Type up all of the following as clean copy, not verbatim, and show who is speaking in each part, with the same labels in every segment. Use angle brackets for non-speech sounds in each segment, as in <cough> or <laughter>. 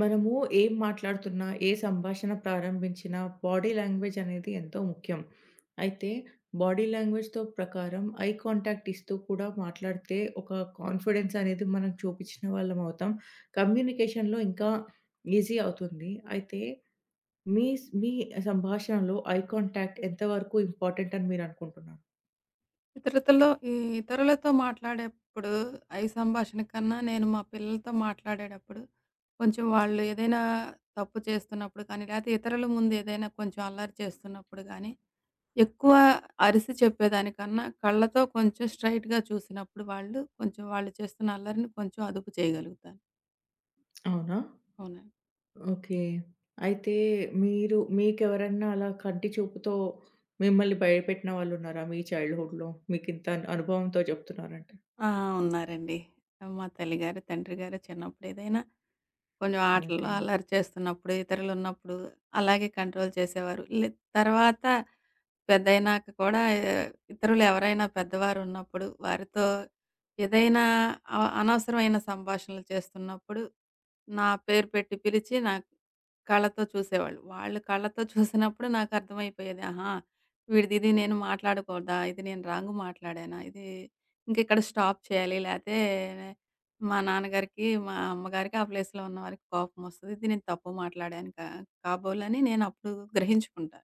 Speaker 1: మనము ఏం మాట్లాడుతున్నా, ఏ సంభాషణ ప్రారంభించినా బాడీ లాంగ్వేజ్ అనేది ఎంతో ముఖ్యం. అయితే బాడీ లాంగ్వేజ్‌తో ప్రకారం ఐ కాంటాక్ట్ ఇస్తూ కూడా మాట్లాడితే ఒక కాన్ఫిడెన్స్ అనేది మనం చూపించిన వాళ్ళం అవుతాం. కమ్యూనికేషన్‌లో ఇంకా ఈజీ అవుతుంది. అయితే మీ సంభాషణలో ఐ కాంటాక్ట్ ఎంత వరకు ఇంపార్టెంట్ అని మీరు అనుకుంటున్నారు?
Speaker 2: ఇతరులతో ఈ ఇతరులతో మాట్లాడేప్పుడు ఈ సంభాషణ కన్నా నేను మా పిల్లలతో మాట్లాడేటప్పుడు కొంచెం వాళ్ళు ఏదైనా తప్పు చేస్తున్నప్పుడు కానీ, లేతే ఇతరుల ముందు ఏదైనా కొంచెం అల్లరి చేస్తున్నప్పుడు గానీ, ఎక్కువ అరిసి చెప్పేదానికన్నా కళ్ళతో కొంచెం స్ట్రెయిట్‌గా చూసినప్పుడు వాళ్ళు చేస్తున్న అల్లరిని కొంచెం అదుపు చేయగలుగుతాను.
Speaker 1: అవునా?
Speaker 2: అవునండి.
Speaker 1: ఓకే. అయితే మీరు మీకెవరన్నా అలా కంటి చూపుతో మిమ్మల్ని భయపెట్టిన వాళ్ళున్నారా? మీ చైల్డ్‌హుడ్‌లో మీకింత అనుభవంతో చెప్తున్నారంటే.
Speaker 2: ఆ! ఉన్నారండి. మా తల్లిగారు, తండ్రిగారు చిన్నప్పుడు ఏదైనా కొంచెం ఆటల్లో
Speaker 1: ఓకే.
Speaker 2: అల్లరి చేస్తున్నప్పుడు, ఇతరులున్నప్పుడు అలాగే కంట్రోల్ చేసేవారు. తర్వాత పెద్దయినాక కూడా ఇతరులెవరైనా పెద్దవారున్నప్పుడు, వారితో ఏదైనా అనవసరమైన సంభాషణలు చేస్తున్నప్పుడు నా పేరు పెట్టి పిలిచి నా కళ్ళతో చూసేవాళ్ళు. వాళ్ళు కళ్ళతో చూసినప్పుడు నాకర్థమైపోయేది. ఆహా! నేను మాట్లాడకూడదా? ఇది నేను రాంగ్ మాట్లాడానా? ఇంకిక్కడ స్టాప్ చేయాలి. లేతే మా నాన్నగారికి, మా అమ్మగారికి ఆ ప్లేస్‌లో ఉన్నవారికి కోపమొస్తది. ఇది నేను తప్పు మాట్లాడాను కాబోలని నేనప్పుడు గ్రహించుకుంటా.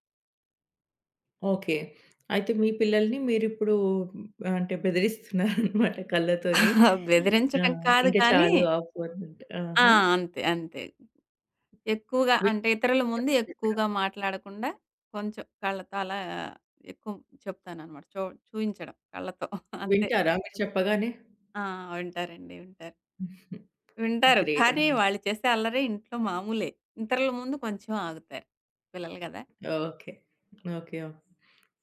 Speaker 1: ఓకే. అయితే మీ పిల్లల్ని మీరిప్పుడు అంటే బెదిరిస్తున్నారనమాట <laughs> కళ్ళతోని.
Speaker 2: <laughs>
Speaker 1: ఆ!
Speaker 2: బెదిరించడం కాదు
Speaker 1: ఇంక
Speaker 2: కానీ
Speaker 1: చాలు ఆపు అన్నట్టు.
Speaker 2: ఆ!
Speaker 1: ఆహా!
Speaker 2: అంతే. అంతే. ఎక్కువగా
Speaker 1: వి
Speaker 2: అంటే ఇతరుల ముందు ఎక్కువగా మాట్లాడకుండా కొంచెం కళ్ళతో అలా ఎక్కువ చెప్తానన్నమాట. చూయించడం కళ్ళతో <laughs> అంతే.
Speaker 1: వింటారా మీరు చెప్పగానే?
Speaker 2: ఆ! ఉంటారండి. ఉంటారు.
Speaker 1: <laughs>
Speaker 2: వింటారు.
Speaker 1: గ్రేట్
Speaker 2: కానీ
Speaker 1: అండి.
Speaker 2: వాళ్ళు చేసే అల్లరి ఇంట్లో మామూలే. ఇతరుల ముందు కొంచెం ఆగుతారు. పిల్లలు గదా!
Speaker 1: ఓకే. ఓకే. ఓకే.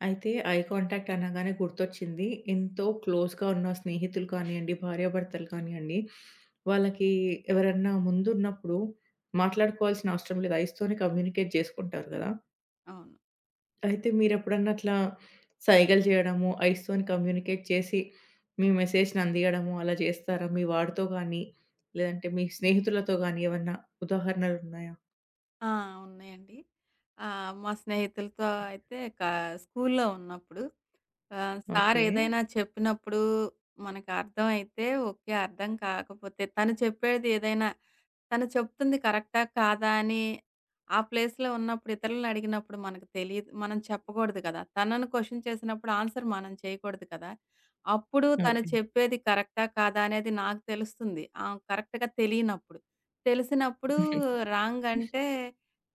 Speaker 1: అయితే ఐ కాంటాక్ట్ అనగానే గుర్తొచ్చింది. ఎంతో క్లోజ్‌గా ఉన్న స్నేహితులు కానియండి, భార్యాభర్తలు కానియండి, వాళ్ళకి ఎవరన్నా ముందున్నప్పుడు మాట్లాడుకోవాల్సిన అవసరం లేదు. ఐస్‌తోనే కమ్యూనికేట్ జేసుకుంటారు గదా!
Speaker 2: అవును.
Speaker 1: అయితే మీరెప్పుడన్నా అట్లా సైగలు జేయడము, ఐస్‌తోని కమ్యూనికేట్ చేసి మీ మెసేజ్‌ని అందియడము అలా జేస్తారా? మీ వాడితో గానీ, లేదంటే మీ స్నేహితులతో గానీ ఏమన్నా ఉదాహరణలున్నాయా?
Speaker 2: ఆ! ఉన్నాయండి. మా స్నేహితులతో అయితే స్కూల్లో ఉన్నప్పుడు
Speaker 1: ఓకే.
Speaker 2: సారేదైనా చెప్పినప్పుడు మనకు అర్థమైతే ఓకే. అర్థం కాకపోతే తను చెప్పేది ఏదైనా తను చెప్తుంది కరెక్టా? కాదా? అని ఆ ప్లేస్‌లో ఉన్నప్పుడు ఇతరులని అడిగినప్పుడు మనకు తెలీదు. మనం చెప్పకూడదు కదా! తనను క్వెషన్ చేసినప్పుడు ఆన్సర్ మనం చేయకూడదు కదా! అప్పుడు తను
Speaker 1: ఓకే.
Speaker 2: చెప్పేది కరెక్టా? కాదా? అనేది నాకు తెలుస్తుంది. కరెక్ట్‌గా తెలియనప్పుడు. తెలిసినప్పుడు
Speaker 1: <laughs>
Speaker 2: రాంగ్ అంటే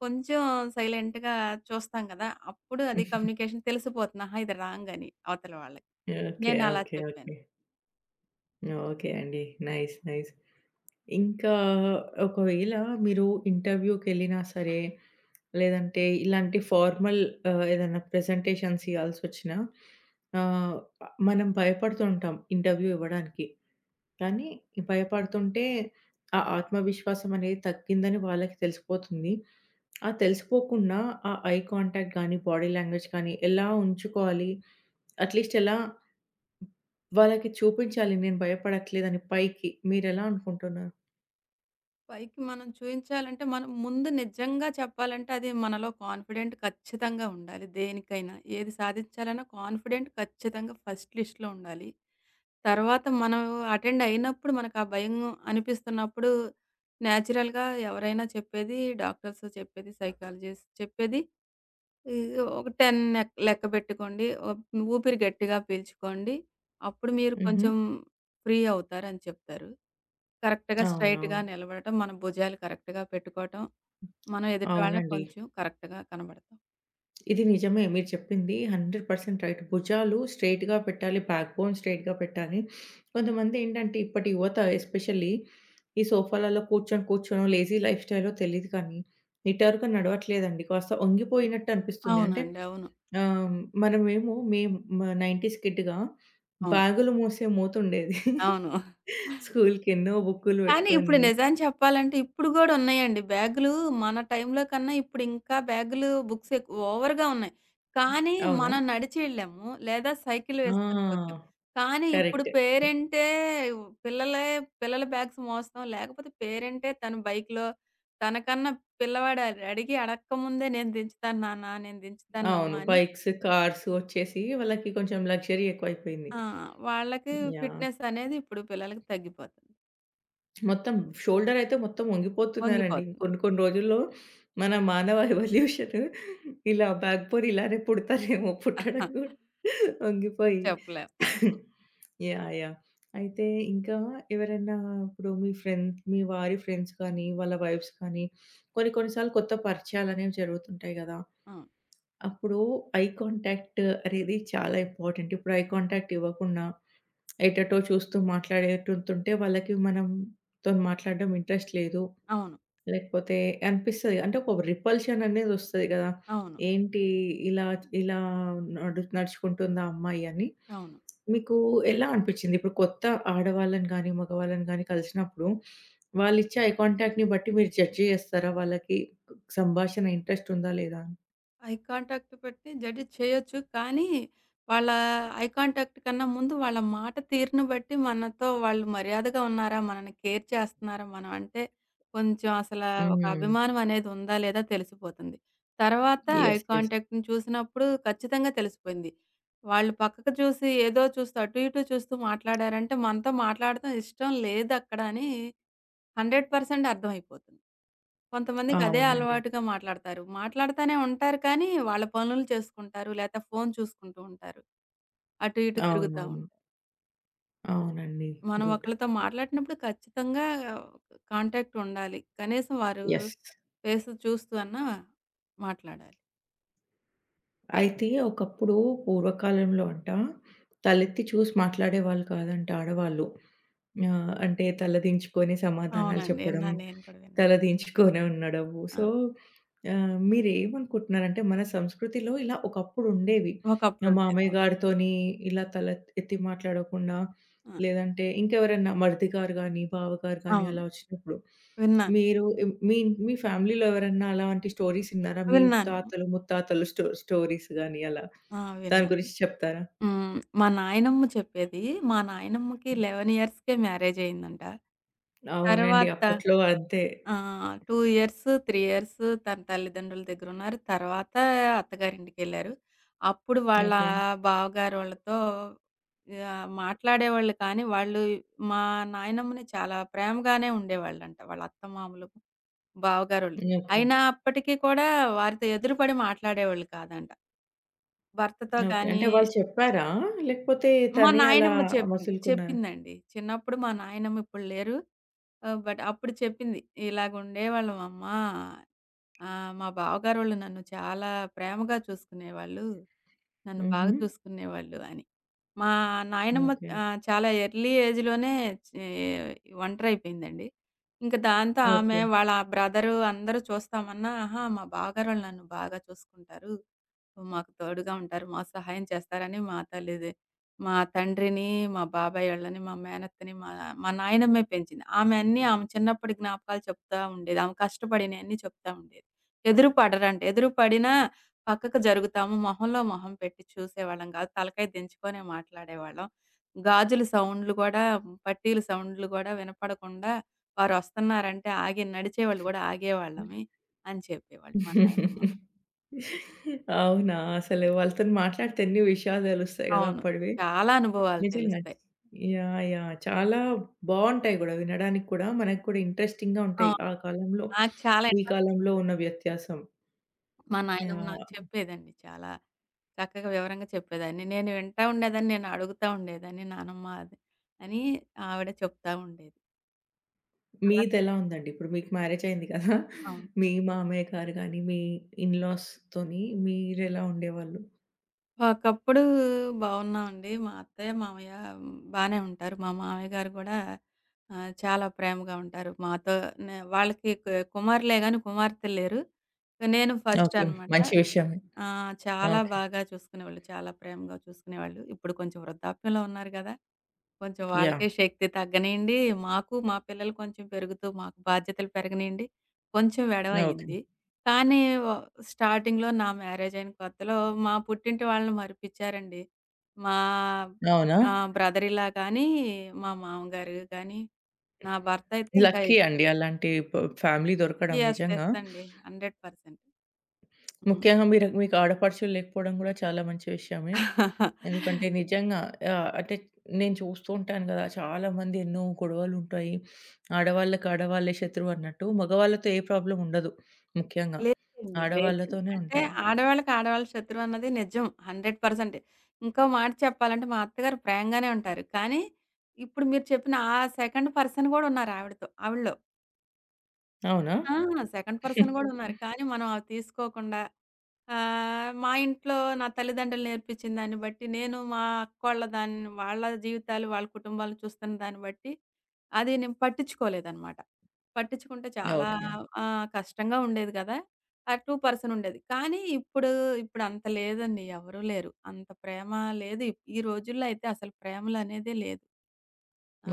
Speaker 2: కొంచెం సైలెంట్‌గా చూస్తాం గదా! అప్పుడు అది కమ్యూనికేషన్ తెలిసిపోతుంది. ఆహా! ఇది రాంగ్ అని అవతల వాళ్ళకి.
Speaker 1: ఓకే.
Speaker 2: నేనలా
Speaker 1: ఓకే.
Speaker 2: చెప్పాను.
Speaker 1: ఓకే. ఓకే అండి. నైస్. నైస్. ఇంకా ఒకవేళ మీరు ఇంటర్‌వ్యూకెళ్ళినా సరే, లేదంటే ఇలాంటి ఫార్మల్ ఏదైనా ప్రెజెంటేషన్స్ ఇయ్యాల్సొచ్చినా ఆహ్, మనం భయపడుతూ ఉంటాం ఇంటర్‌వ్యూ ఇవ్వడానికి. కానీ ఈ భయపడుతుంటే ఆ ఆత్మవిశ్వాసం అనేది తగ్గిందని వాళ్ళకి తెలిసిపోతుంది. ఆ తెలిసిపోకుండా ఆ ఐ కాంటాక్ట్ గానీ, బాడీ లాంగ్వేజ్ కానీ ఎలా ఉంచుకోవాలి? అట్‌లీస్ట్ ఎలా వాళ్ళకి చూపించాలి నేను భయపడట్లేదని పైకి. మీరెలా అనుకుంటున్నారు?
Speaker 2: పైకి మనం చూయించాలంటే మనం ముందు నిజంగా చెప్పాలంటే అది మనలో కాన్ఫిడెంట్ ఖచ్చితంగా ఉండాలి. దేనికైనా ఏది సాధించాలన్నా కాన్ఫిడెంట్ ఖచ్చితంగా ఫస్ట్ లిస్ట్‌లో ఉండాలి. తర్వాత మనం అటెండ్ అయినప్పుడు మనకు ఆ భయం అనిపిస్తున్నప్పుడు నేచురల్‌గా ఎవరైనా చెప్పేది డాక్టర్స్ చెప్పేది, సైకాలజిస్ట్ చెప్పేది ఈ ఒక 10 లెక్క పెట్టుకోండి. ఊపిరి గట్టిగా పీల్చుకోండి. అప్పుడు మీరు
Speaker 1: హుహు.
Speaker 2: కొంచెం ఫ్రీ అవుతారని చెప్తారు. కరెక్ట్‌గా
Speaker 1: అవునవును.
Speaker 2: స్ట్రెయిట్‌గా నిలబడటం, మన భుజాలు కరెక్ట్‌గా పెట్టుకోవటం, మనం ఎదుటి వాళ్ళకి
Speaker 1: అవునండి.
Speaker 2: కొంచెం కరెక్ట్‌గా కనబడతాం.
Speaker 1: ఇది నిజమే మీరు చెప్పింది 100% రైట్. భుజాలు స్ట్రెయిట్‌గా పెట్టాలి. బ్యాక్‌బోన్ స్ట్రెయిట్‌గా పెట్టాలి. కొంతమందేంటంటే ఇప్పటి యువత ఎస్పెషల్లీ ఈ సోఫాలలో కూర్చొనో లేజీ లైఫ్ స్టైలో తెలీదు కానీ నిటారుగా నడవట్లేదండి. కాస్త వంగిపోయినట్టు అనిపిస్తుంది. అంటే
Speaker 2: అవునండి. అవును.
Speaker 1: ఆహ్, మేము మా 90స్ కిడ్‌గా
Speaker 2: అవును.
Speaker 1: బ్యాగులు మోతుండేది.
Speaker 2: అవును.
Speaker 1: స్కూల్‌కెన్నో <laughs> బుక్కులు
Speaker 2: కానీ ఇప్పుడు
Speaker 1: పెట్టుకొని.
Speaker 2: నిజం చెప్పాలంటే ఇప్పుడు గూడా ఉన్నాయండి బ్యాగులు. మన టైంలో కన్నా ఇప్పుడు ఇంకా బ్యాగులు, బుక్స్ ఎక్కువ ఓవర్‌గా ఉన్నాయి. కానీ
Speaker 1: అవునా?
Speaker 2: మనం నడిచి వెళ్ళాము. లేదా సైకిల్ వేసుకొని తొక్కాం.
Speaker 1: ఆ!
Speaker 2: కానీ ఇప్పుడు
Speaker 1: కరెక్ట్.
Speaker 2: పేరెంటే పిల్లలే పిల్లల బ్యాగ్స్ మోస్తాం. లేకపోతే పేరెంటే తన బైక్‌లో తనకన్నా పిల్లవాడు అడిగి అడక్కముందే నేను దించుతాను నాన్న, నేను దించుతానమ్మా
Speaker 1: అవును.
Speaker 2: అని
Speaker 1: బైక్స్, కార్స్ వచ్చేసి వాళ్ళకి కొంచెం లగ్జరీ ఎక్కువైపోయింది.
Speaker 2: ఆ! వాళ్ళకి
Speaker 1: యాహ్!
Speaker 2: ఫిట్‌నెస్ అనేది ఇప్పుడు పిల్లలకి తగ్గిపోతుంది.
Speaker 1: మొత్తం షోల్డర్ అయితే మొత్తం వంగిపోతున్నారండి.
Speaker 2: వంగిపోతుంది.
Speaker 1: కొన్ని కొన్ని రోజుల్లో మన మానవ <laughs> ఎవల్యూషన్ ఇలా బ్యాక్ బోన్ ఇలానే
Speaker 2: ఆహా,
Speaker 1: పుట్టడం కూడా వంగిపోయి.
Speaker 2: చెప్పలేం. అవును.
Speaker 1: యాహ్! యాహ్! అయితే ఇంకా ఎవరైనా ఇప్పుడు మీ వారి ఫ్రెండ్స్ కానీ, వాళ్ళ వైఫ్స్ కానీ కొన్ని కొన్ని సార్లు కొత్త పరిచయాలనేవి జరుగుతుంటాయి గదా! అప్పుడు ఐ కాంటాక్ట్ అనేది చాలా ఇంపార్టెంట్. ఇప్పుడు ఐ కాంటాక్ట్ ఇవ్వకుండా ఎటెటో చూస్తూ మాట్లాడేటుంటుంటే వాళ్ళకి మనంతో మాట్లాడడం ఇంట్రెస్ట్ లేదు.
Speaker 2: అవును.
Speaker 1: లేకపోతే అనిపిస్తది. అంటే ఒక రిపల్షన్ అనేది వస్తది గదా!
Speaker 2: అవును.
Speaker 1: ఏంటి ఇలా ఇలా నడుచుకుంటుందా అమ్మాయి అని.
Speaker 2: అవును.
Speaker 1: మీకు ఎలా అనిపిచ్చింది? ఇప్పుడు కొత్త ఆడవాళ్ళని గానీ, మగవాళ్ళని గానీ కలిసినప్పుడు వాళ్ళిచ్చే ఐ కాంటాక్ట్‌ని బట్టి మీరు జడ్జ్ జేస్తారా? వాళ్ళకి సంభాషణ ఇంట్రెస్ట్ ఉందా లేదా అని?
Speaker 2: ఐ కాంటాక్ట్ పెట్టి జడ్జ్ చేయొచ్చు. కానీ, వాళ్ళ ఐ కాంటాక్ట్ కన్నా ముందు వాళ్ళ మాట తీరును బట్టి మనతో వాళ్ళు మర్యాదగా ఉన్నారా? మనల్ని కేర్ చేస్తున్నారా? మనం అంటే కొంచెం ఒక
Speaker 1: హ్మ్.
Speaker 2: అభిమానం అనేది ఉందా? లేదా? తెలిసిపోతుంది. తర్వాత ఐ
Speaker 1: యెస్. యెస్.
Speaker 2: కాంటాక్ట్‌ని చూసినప్పుడు ఖచ్చితంగా తెలిసిపోయింది. వాళ్ళు పక్కకు చూసి ఏదో చూస్తూ అటు ఇటు చూస్తూ మాట్లాడారంటే మనతో మాట్లాడటం ఇష్టం లేదక్కడ అని 100% అర్థమైపోతుంది. కొంతమందికదే
Speaker 1: అవునండి.
Speaker 2: అలవాటుగా మాట్లాడతారు. మాట్లాడతానే ఉంటారు కానీ, వాళ్ళ పనులు చేసుకుంటారు. లేతే ఫోను చూసుకుంటూ ఉంటారు. అటు ఇటు తిరుగుతా
Speaker 1: అవునవును.
Speaker 2: ఉంటారు.
Speaker 1: అవునండి.
Speaker 2: మనం
Speaker 1: గుడ్.
Speaker 2: ఒకళ్ళతో మాట్లాడినప్పుడు ఖచ్చితంగా కాంటాక్ట్ ఉండాలి. కనీసం వారు
Speaker 1: యెస్.
Speaker 2: ఫేస్ చూస్తూ అన్నా మాట్లాడాలి.
Speaker 1: అయితే ఒకప్పుడు పూర్వకాలంలో అంట తలెత్తి చూసి మాట్లాడేవాళ్ళు కాదంట ఆడవాళ్ళు. ఆహ్, అంటే తలదించుకొని సమాధానాలు
Speaker 2: అవునండి.
Speaker 1: చెప్పడం,
Speaker 2: విన్నాను నేను కూడా విన్నా.
Speaker 1: తలదించుకొనే ఉండడము.
Speaker 2: ఆ!
Speaker 1: సో, ఆహ్, మీరేమనుకుంటున్నారంటే మన సంస్కృతిలో ఇలా ఒకప్పుడు ఉండేవి.
Speaker 2: ఒకప్పుడుండేది.
Speaker 1: మామయ్య
Speaker 2: అవును.
Speaker 1: గారితోని ఇలా తల ఎత్తి మాట్లాడకుండా,
Speaker 2: ఆ!
Speaker 1: లేదంటే ఇంకెవరన్నా మరిది గారు గాని, బావగారు గాని
Speaker 2: అవును.
Speaker 1: అలా వచ్చినప్పుడు
Speaker 2: విన్నాను.
Speaker 1: మీరు ఇం మీ మీ ఫ్యామిలీలో ఎవరన్నా అలాంటి స్టోరీస్ ఇన్నారా? మీ
Speaker 2: విన్నాను.
Speaker 1: తాతలు, ముత్తాతలు స్టోరీస్ గాని అలా?
Speaker 2: ఆ!
Speaker 1: దాని
Speaker 2: విన్నాను.
Speaker 1: గురించి చెప్తారా?
Speaker 2: హ్మ్. మా నాయనమ్మ చెప్పేది. మా నాయనమ్మకి 11 ఇయర్స్‌కే మ్యారేజ్ అయిందంట.
Speaker 1: అవునండి.
Speaker 2: తర్వాత
Speaker 1: అప్పట్లో అంతే.
Speaker 2: ఆ! 2 ఇయర్స్, 3 ఇయర్స్ తన తల్లిదండ్రుల దగ్గరున్నారు. తర్వాత అత్తగారింటికెళ్లారు. అప్పుడు వాళ్ళ
Speaker 1: ఓకే.
Speaker 2: బావగారు వాళ్ళతో మాట్లాడేవాళ్ళు కానీ, వాళ్ళు మా నాయనమ్మని చాలా ప్రేమగానే ఉండేవాళ్ళంట. వాళ్ళ అత్తమామలు, బావగారోళ్ళు.
Speaker 1: ఓకే.
Speaker 2: అయినా అప్పటికి కూడా వారితో ఎదురుపడి మాట్లాడేవాళ్ళు కాదంట. భర్తతో
Speaker 1: ఓకే.
Speaker 2: గాని
Speaker 1: అంటే వాళ్ళు చెప్పారా? లేకపోతే
Speaker 2: మా
Speaker 1: తనే అలా
Speaker 2: నాయనమ్మ చెప్పింది.
Speaker 1: మసులుకున్నారా?
Speaker 2: చెప్పిందండి. చిన్నప్పుడు మా నాయనమ్మ ఇప్పుడు లేరు. ఆహ్, బట్ అప్పుడు చెప్పింది. "ఇలాగుండేవాళ్ళం అమ్మ. మా బావగారోళ్ళు నన్ను చాలా ప్రేమగా చూసుకునేవాళ్ళు. నన్ను బాగా
Speaker 1: హుహు.
Speaker 2: చూసుకునేవాళ్ళు" అని. మా నాయనమ్మ
Speaker 1: ఓకే.
Speaker 2: చాలా ఎర్లీ ఏజ్‌లోనే చే ఒంటరైపోయిందండి. ఇంక దాంతో ఆమె
Speaker 1: ఓకే.
Speaker 2: వాళ్ళ బ్రదరు అందరూ చూస్తామన్నా, "ఆహా! మా బావగారోళ్ళు నన్ను బాగా చూసుకుంటారు." మాకు తోడుగా ఉంటారు. మా సహాయం చేస్తారని మా తండ్రిని, మా బాబాయి వాళ్ళని, మా మేనత్తని, మా మా నాయనమ్మే పెంచింది. ఆమె అన్నీ ఆమె చిన్నప్పటి జ్ఞాపకాలు చెప్తా ఉండేది. ఆమె కష్టపడినయన్నీ చెప్తా ఉండేది. ఎదురు పడరంట. ఎదురు పడినా పక్కకు జరుగుతాము. మొహంలో మొహం పెట్టి చూసేవాళ్ళం కాదు. తలకాయ దించుకొనే మాట్లాడేవాళ్ళం. గాజుల సౌండ్‌లు గూడా, పట్టీల సౌండ్‌లు గూడా వినపడకుండా వారొస్తున్నారంటే ఆగి నడిచేవాళ్ళు గూడా ఆగేవాళ్ళమే అని చెప్పేవాళ్ళు మా నాయనమ్మ.
Speaker 1: <laughs> అవునా! అసలు వాళ్ళతోని మాట్లాడితే ఎన్ని విషయాలు తెలుస్తాయి గదా!
Speaker 2: అవును.
Speaker 1: అప్పటివి.
Speaker 2: చాలా అనుభవాలు
Speaker 1: నిజంగా.
Speaker 2: తెలుస్తాయి.
Speaker 1: యాహ్! యాహ్! చాలా బావుంటాయి గూడా. వినడానికి కూడా మనకు కూడా ఇంట్రెస్టింగ్‌గా
Speaker 2: ఆ!
Speaker 1: ఉంటాయి. ఆ కాలంలో,
Speaker 2: నాకు చాలా
Speaker 1: ఈ
Speaker 2: ఇంట్రెస్ట్.
Speaker 1: కాలంలో ఉన్న వ్యత్యాసం.
Speaker 2: మా నాయనమ్మ నాకు
Speaker 1: యాహ్!
Speaker 2: చెప్పేదండి చాలా. చక్కగా వివరంగా చెప్పేదాన్ని. నేను వింటా ఉండేదాన్ని. నేను అడుగుతా ఉండేదాన్ని. నానమ్మ అది అని ఆవిడ చెప్తా ఉండేది. అలా
Speaker 1: మీదెలా
Speaker 2: తెలుసు.
Speaker 1: ఉందండి? ఇప్పుడు మీకు మ్యారేజ్ అయింది కదా!
Speaker 2: అవును.
Speaker 1: మీ మామయ్య గారు గాని, మీ ఇన్‌లాస్‌తోని మీరెలా ఉండేవాళ్ళు?
Speaker 2: ఒకప్పుడు బాగున్నామండి. మా అత్తయ్య, మామయ్య బానే ఉంటారు. మా మామయ్య గారు గూడా చాలా ప్రేమగా ఉంటారు. మాతో వాళ్ళకి కుమారులే గాని కుమార్తెలు లేరు. నేను ఫస్ట్
Speaker 1: ఓకే.
Speaker 2: అనమాట.
Speaker 1: మంచి విషయమే.
Speaker 2: ఆ! చాలా
Speaker 1: ఓకే.
Speaker 2: బాగా చూసుకునేవాళ్ళు. చాలా ప్రేమగా చూసుకునేవాళ్ళు. ఇప్పుడు కొంచెం వృద్ధాప్యంలో ఉన్నారు గదా! కొంచెం
Speaker 1: యాహ్!
Speaker 2: వాళ్ళకే శక్తి తగ్గనీయండి. మాకు మా పిల్లలు కొంచెం పెరుగుతూ మాకు బాధ్యతలు పెరగనీయండి. కొంచెం
Speaker 1: ఓకే.
Speaker 2: వెడవయింది. కానీ వ స్టార్టింగ్‌లో నా మ్యారేజయిన కొత్తలో మా పుట్టింటి వాళ్ళని మరిపిచ్చారండి. మా
Speaker 1: అవునా?
Speaker 2: ఆహ్, బ్రదర్ ఇన్ లా కానీ, మా మామగారు కానీ, నా భర్త అయితే ఇంకా
Speaker 1: లక్కీ అండి
Speaker 2: ఇప్పటికి
Speaker 1: అలాంటి ఫ్యామిలీ దొరకడం
Speaker 2: యెస్.
Speaker 1: నిజంగా.
Speaker 2: యెస్ అండి. 100% హ్మ్.
Speaker 1: ముఖ్యంగా మీరు మీకు ఆడపడుచులు లేకపోవడం గూడా చాలా మంచి విషయమే.
Speaker 2: <laughs>
Speaker 1: ఎందుకంటే నిజంగా ఆహ్, అంటే నేను చూస్తూ ఉంటాను గదా! చాలామంది ఎన్నో గొడవలుంటాయి. ఆడవాళ్ళకి ఆడవాళ్ళే శత్రువు అన్నట్టు. మగవాళ్ళతో ఏ ప్రాబ్లమ్ ఉండదు ముఖ్యంగా.
Speaker 2: లేదండి. లేదండి.
Speaker 1: ఆడవాళ్ళతోనే
Speaker 2: అంటే
Speaker 1: ఉంటాయి.
Speaker 2: ఆడవాళ్ళకి ఆడవాళ్ళు శత్రువు అన్నది నిజం. 100% ఇంకో మాట చెప్పాలంటే మా అత్తగారు ప్రేమగానే ఉంటారు. కానీ ఇప్పుడు మీరు చెప్పిన ఆ సెకండ్ పర్సన్ గూడా ఉన్నారు ఆవిడతో ఆవిడలో.
Speaker 1: అవునా?
Speaker 2: ఆ! సెకండ్ పర్సన్ గూడా హ్మ్.
Speaker 1: <laughs>
Speaker 2: ఉన్నారు. కానీ మనం అవి తీసుకోకుండా మా ఇంట్లో నా తల్లిదండ్రులు నేర్పించిన దాన్ని బట్టి, నేను మా అక్కోళ్ళ దాన్ని వాళ్ళ జీవితాలు, వాళ్ళ కుటుంబాలు చూస్తున్న దాన్ని బట్టి, అది నేను పట్టించుకోలేదనమాట. పట్టించుకుంటే చాలా
Speaker 1: ఓకే.
Speaker 2: ఓకే. ఆహ్, కష్టంగా ఉండేది గదా! ఆ 2 పర్సన్ ఉండేది. కానీ ఇప్పుడు ఇప్పుడు అంత లేదండి. ఎవరూ లేరు. అంత ప్రేమ లేదు. ఈ రోజుల్లో అయితే అసలు ప్రేమలనేదే లేదు.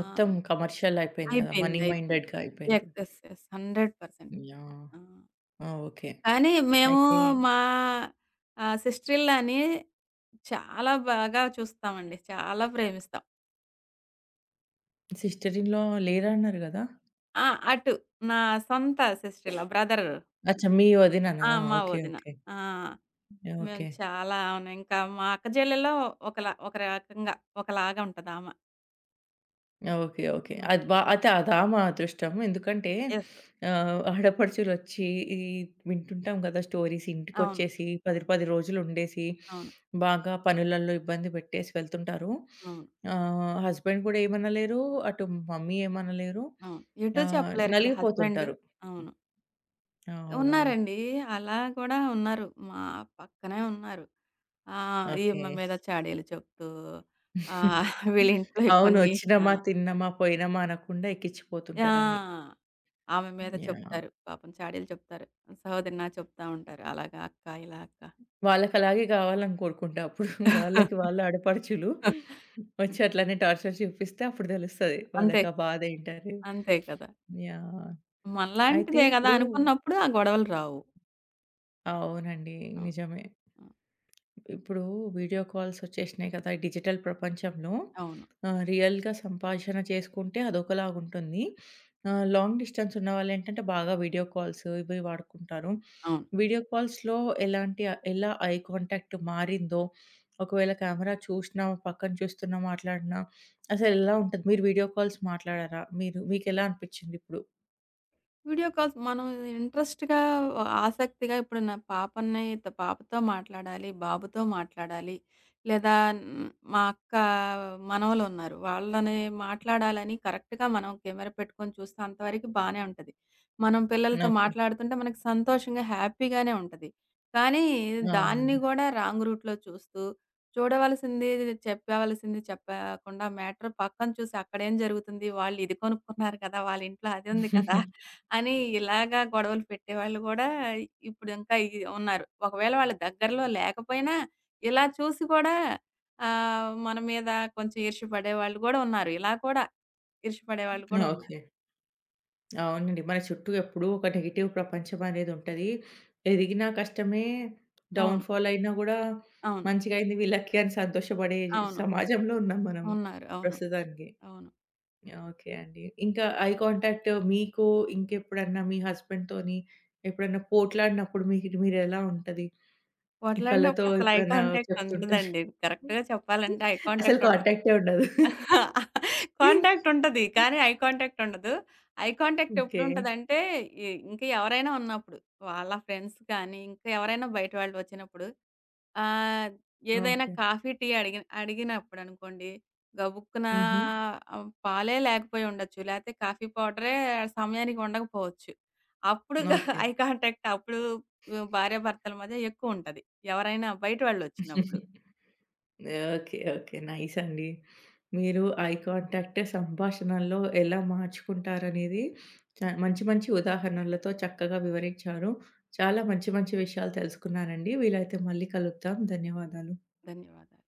Speaker 2: ఆ!
Speaker 1: కమర్షియల్ అయిపోయింది గదా!
Speaker 2: అయిపోయింది.
Speaker 1: మనీ
Speaker 2: అయిపోయింది.
Speaker 1: మైండెడ్‌గా అయిపోయిండ్రు.
Speaker 2: యెస్. యెస్. యెస్. 100%.
Speaker 1: యాహ్!
Speaker 2: ఆ!
Speaker 1: ఆ! ఓకే.
Speaker 2: కానీ మేము
Speaker 1: అయితే
Speaker 2: మా ఆహ్, సిస్టర్ ఇన్ లాని చాలా బాగా చూస్తామండి. చాలా ప్రేమిస్తాం.
Speaker 1: సిస్టర్ ఇన్ లా లేరన్నారు గదా!
Speaker 2: ఆ! అటు నా సొంత సిస్టర్ ఇన్ లా బ్రదర్
Speaker 1: అచ్చా! మీ వదిననా?
Speaker 2: ఆ! మా
Speaker 1: ఓకే.
Speaker 2: వదిన.
Speaker 1: ఓకే.
Speaker 2: ఆ! మేము
Speaker 1: ఓకే.
Speaker 2: చాలా అవును. ఇంకా మా అక్క చెల్లెల్లో ఒక రకంగా ఒకలాగా ఉంటదామ.
Speaker 1: ఓకే. ఓకే. అది
Speaker 2: హ్మ్.
Speaker 1: బా అయితే అదా మా అదృష్టం. ఎందుకంటే
Speaker 2: యెస్.
Speaker 1: ఆహ్, ఆడపడుచులొచ్చి ఈ వింటుంటాం కదా! స్టోరీస్
Speaker 2: అవును.
Speaker 1: ఇంటికొచ్చేసి 10, 10 రోజులు ఉండేసి
Speaker 2: అవును.
Speaker 1: బాగా పనులలో ఇబ్బంది పెట్టేసి వెళ్తుంటారు.
Speaker 2: అవును.
Speaker 1: ఆహ్, హస్బెండ్ కూడా ఏమనలేరు. అటు మమ్మీ ఏమనలేరు.
Speaker 2: అవును. ఎటూ
Speaker 1: ఆహ్,
Speaker 2: చెప్పలేరు కదా! హస్బెండ్
Speaker 1: నలిగిపోతుంటారు.
Speaker 2: అవును.
Speaker 1: అవునవును.
Speaker 2: ఉన్నారండి. అలా కూడా ఉన్నారు. మా పక్కనే ఉన్నారు. ఆహ్,
Speaker 1: ఓకే.
Speaker 2: ఈమె మీద చాడీలు చెప్తూ
Speaker 1: <laughs>
Speaker 2: వీళ్ళింట్లో <laughs>
Speaker 1: అవును.
Speaker 2: కొన్ని ఆ!
Speaker 1: వచ్చినమా, తిన్నామా, పోయినామా అనకుండా ఎక్కించిపోతుంటారన్నీ.
Speaker 2: ఆ! ఆమె మీద
Speaker 1: యాహ్!
Speaker 2: చెప్తారు. పాపం చాడీలు చెప్తారు. సహోదరి నాకు చెప్తా ఉంటారు. అలాగా అక్క, ఇలా అక్క.
Speaker 1: వాళ్ళకలాగే గావాలని కోరుకుంటా అప్పుడు. వాళ్ళకి
Speaker 2: <laughs>
Speaker 1: వాళ్ళే ఆడపడుచులు. వచ్చి అట్లనే టార్చర్ చూపిస్తే అప్పుడు తెలుస్తది.
Speaker 2: అంతే.
Speaker 1: వాళ్ళకి ఆ బాధేంటనేది.
Speaker 2: అంతే కదా!
Speaker 1: యాహ్! అయితే
Speaker 2: మనలాంటిదే కదా!
Speaker 1: ఇప్పుడు
Speaker 2: అనుకున్నప్పుడు ఆ గొడవలు రావు.
Speaker 1: అవునండి.
Speaker 2: ఆ!
Speaker 1: నిజమే.
Speaker 2: ఆ!
Speaker 1: ఇప్పుడు వీడియో కాల్స్ వచ్చేసినాయి కదా! ఈ డిజిటల్ ప్రపంచంలో.
Speaker 2: అవును.
Speaker 1: ఆహ్, రియల్‌గా సంభాషణ చేసుకుంటే అదొకలాగుంటుంది. ఆహ్, లాంగ్ డిస్టెన్స్ ఉన్నవాళ్ళేంటంటే బాగా వీడియో కాల్స్ ఇవి వాడుకుంటారు.
Speaker 2: అవును.
Speaker 1: వీడియో కాల్స్‌లో ఎలాంటి ఎలా ఐ కాంటాక్ట్ మారిందో, ఒకవేళ కెమెరా చూసినా, పక్కన చూస్తున్నా మాట్లాడినా అసలెలా ఉంటది? మీరు వీడియో కాల్స్ మాట్లాడారా? మీరు మీకెలా అనిపిచ్చిందిప్పుడు?
Speaker 2: వీడియో కాల్స్ మనం ఇంట్రెస్ట్‌గా, ఆసక్తిగా ఇప్పుడు నా పాపని త పాపతో మాట్లాడాలి, బాబుతో మాట్లాడాలి. లేదా హ్మ్, మా అక్క మనవలున్నారు. వాళ్ళని మాట్లాడాలని కరెక్ట్‌గా మనం కెమెరా పెట్టుకొని చూస్తే అంతవరకు బానే ఉంటది. మనం పిల్లలతో
Speaker 1: ఓకే.
Speaker 2: మాట్లాడుతుంటే మనకు సంతోషంగా, హ్యాపీగానే ఉంటది. కానీ దాన్ని
Speaker 1: అవునండి.
Speaker 2: గూడా రాంగ్ రూట్‌లో చూస్తూ, చూడవలసింది చెప్పవలసింది చెప్పకుండా మ్యాటర్ పక్కన చూసి అక్కడేం జరుగుతుంది? వాళ్ళు ఇది కొనుక్కున్నారు కదా! వాళ్ళ ఇంట్లో అది ఉంది కదా!
Speaker 1: <laughs>
Speaker 2: అని ఇలాగా గొడవలు పెట్టేవాళ్ళు గూడా ఇప్పుడు ఇంకా ఈ ఉన్నారు. ఒకవేళ వాళ్ళ దగ్గరలో లేకపోయినా, ఇలా చూసి కూడా మన మీద కొంచెం ఈర్ష్య పడేవాళ్ళు గూడా ఉన్నారు. ఇలా కూడా ఈర్ష్య పడేవాళ్ళు కూడా ఉన్నారు.
Speaker 1: ఓకే. అవునండి. మన చుట్టూ ఎప్పుడూ ఒక నెగెటివ్ ప్రపంచం అనేదుంటది. ఎదిగినా కష్టమే,
Speaker 2: అవును.
Speaker 1: డౌన్‌ఫాల్ అయినా గూడా
Speaker 2: అవును.
Speaker 1: మంచిగా అయింది వీళ్ళకి అని సంతోషపడే
Speaker 2: అవును.
Speaker 1: సమాజంలో ఉన్నాం మనం
Speaker 2: ఉన్నారు. అవును.
Speaker 1: ప్రస్తుతానికి.
Speaker 2: అవును.
Speaker 1: ఓకే అండి. ఇంకా ఐ కాంటాక్ట్ మీకు ఇంకెప్పుడన్నా మీ హస్బెండ్‌తోని ఎప్పుడన్నా పోట్లాడినప్పుడు మీకు మీరెలా ఉంటది? కళ్ళతో
Speaker 2: పోట్లాడినప్పుడు అసలు ఐ
Speaker 1: ఎప్పుడన్నా
Speaker 2: కాంటాక్ట్
Speaker 1: చెప్తుంటారు?
Speaker 2: ఉండదండి. కరెక్ట్‌గా చెప్పాలంటే ఐ
Speaker 1: అసలు
Speaker 2: కాంటాక్ట్ ఉండదు.
Speaker 1: కాంటాక్టే ఉండదు.
Speaker 2: కాంటాక్ట్ ఉంటది. కానీ, ఐ కాంటాక్ట్ ఉండదు. Eye contact
Speaker 1: okay.
Speaker 2: ఎప్పుడుంటదంటే, ఇంక ఎవరైనా ఉన్నప్పుడు. వాళ్ళ ఫ్రెండ్స్ కానీ, ఇంకా ఎవరైనా బయట వాళ్ళు వచ్చినప్పుడు ఆహ్, ఏదైనా
Speaker 1: ఓకే.
Speaker 2: కాఫీ, టీ అడిగినప్పుడనుకోండి, గబుక్కున
Speaker 1: హుహు.
Speaker 2: పాలే లేకపోయి ఉండొచ్చు. లేతే కాఫీ పౌడరే సమయానికి ఉండకపోవచ్చు. అప్పుడు గా
Speaker 1: ఓకే.
Speaker 2: <laughs> ఐ కాంటాక్ట్ అప్పుడు భార్యాభర్తల మధ్య ఎక్కువుంటది. ఎవరైనా బయట వాళ్ళొచ్చినప్పుడు.
Speaker 1: ఓకే. ఓకే. నైస్ అండి. మీరు ఐ కాంటాక్ట్ సంభాషణల్లో ఎలా మార్చుకుంటారనేది మంచి మంచి ఉదాహరణలతో చక్కగా వివరించారు. చాలా మంచి మంచి విషయాలు తెలుసుకున్నానండి. వీలైతే మళ్ళీ కలుద్దాం. ధన్యవాదాలు.
Speaker 2: ధన్యవాదాలు.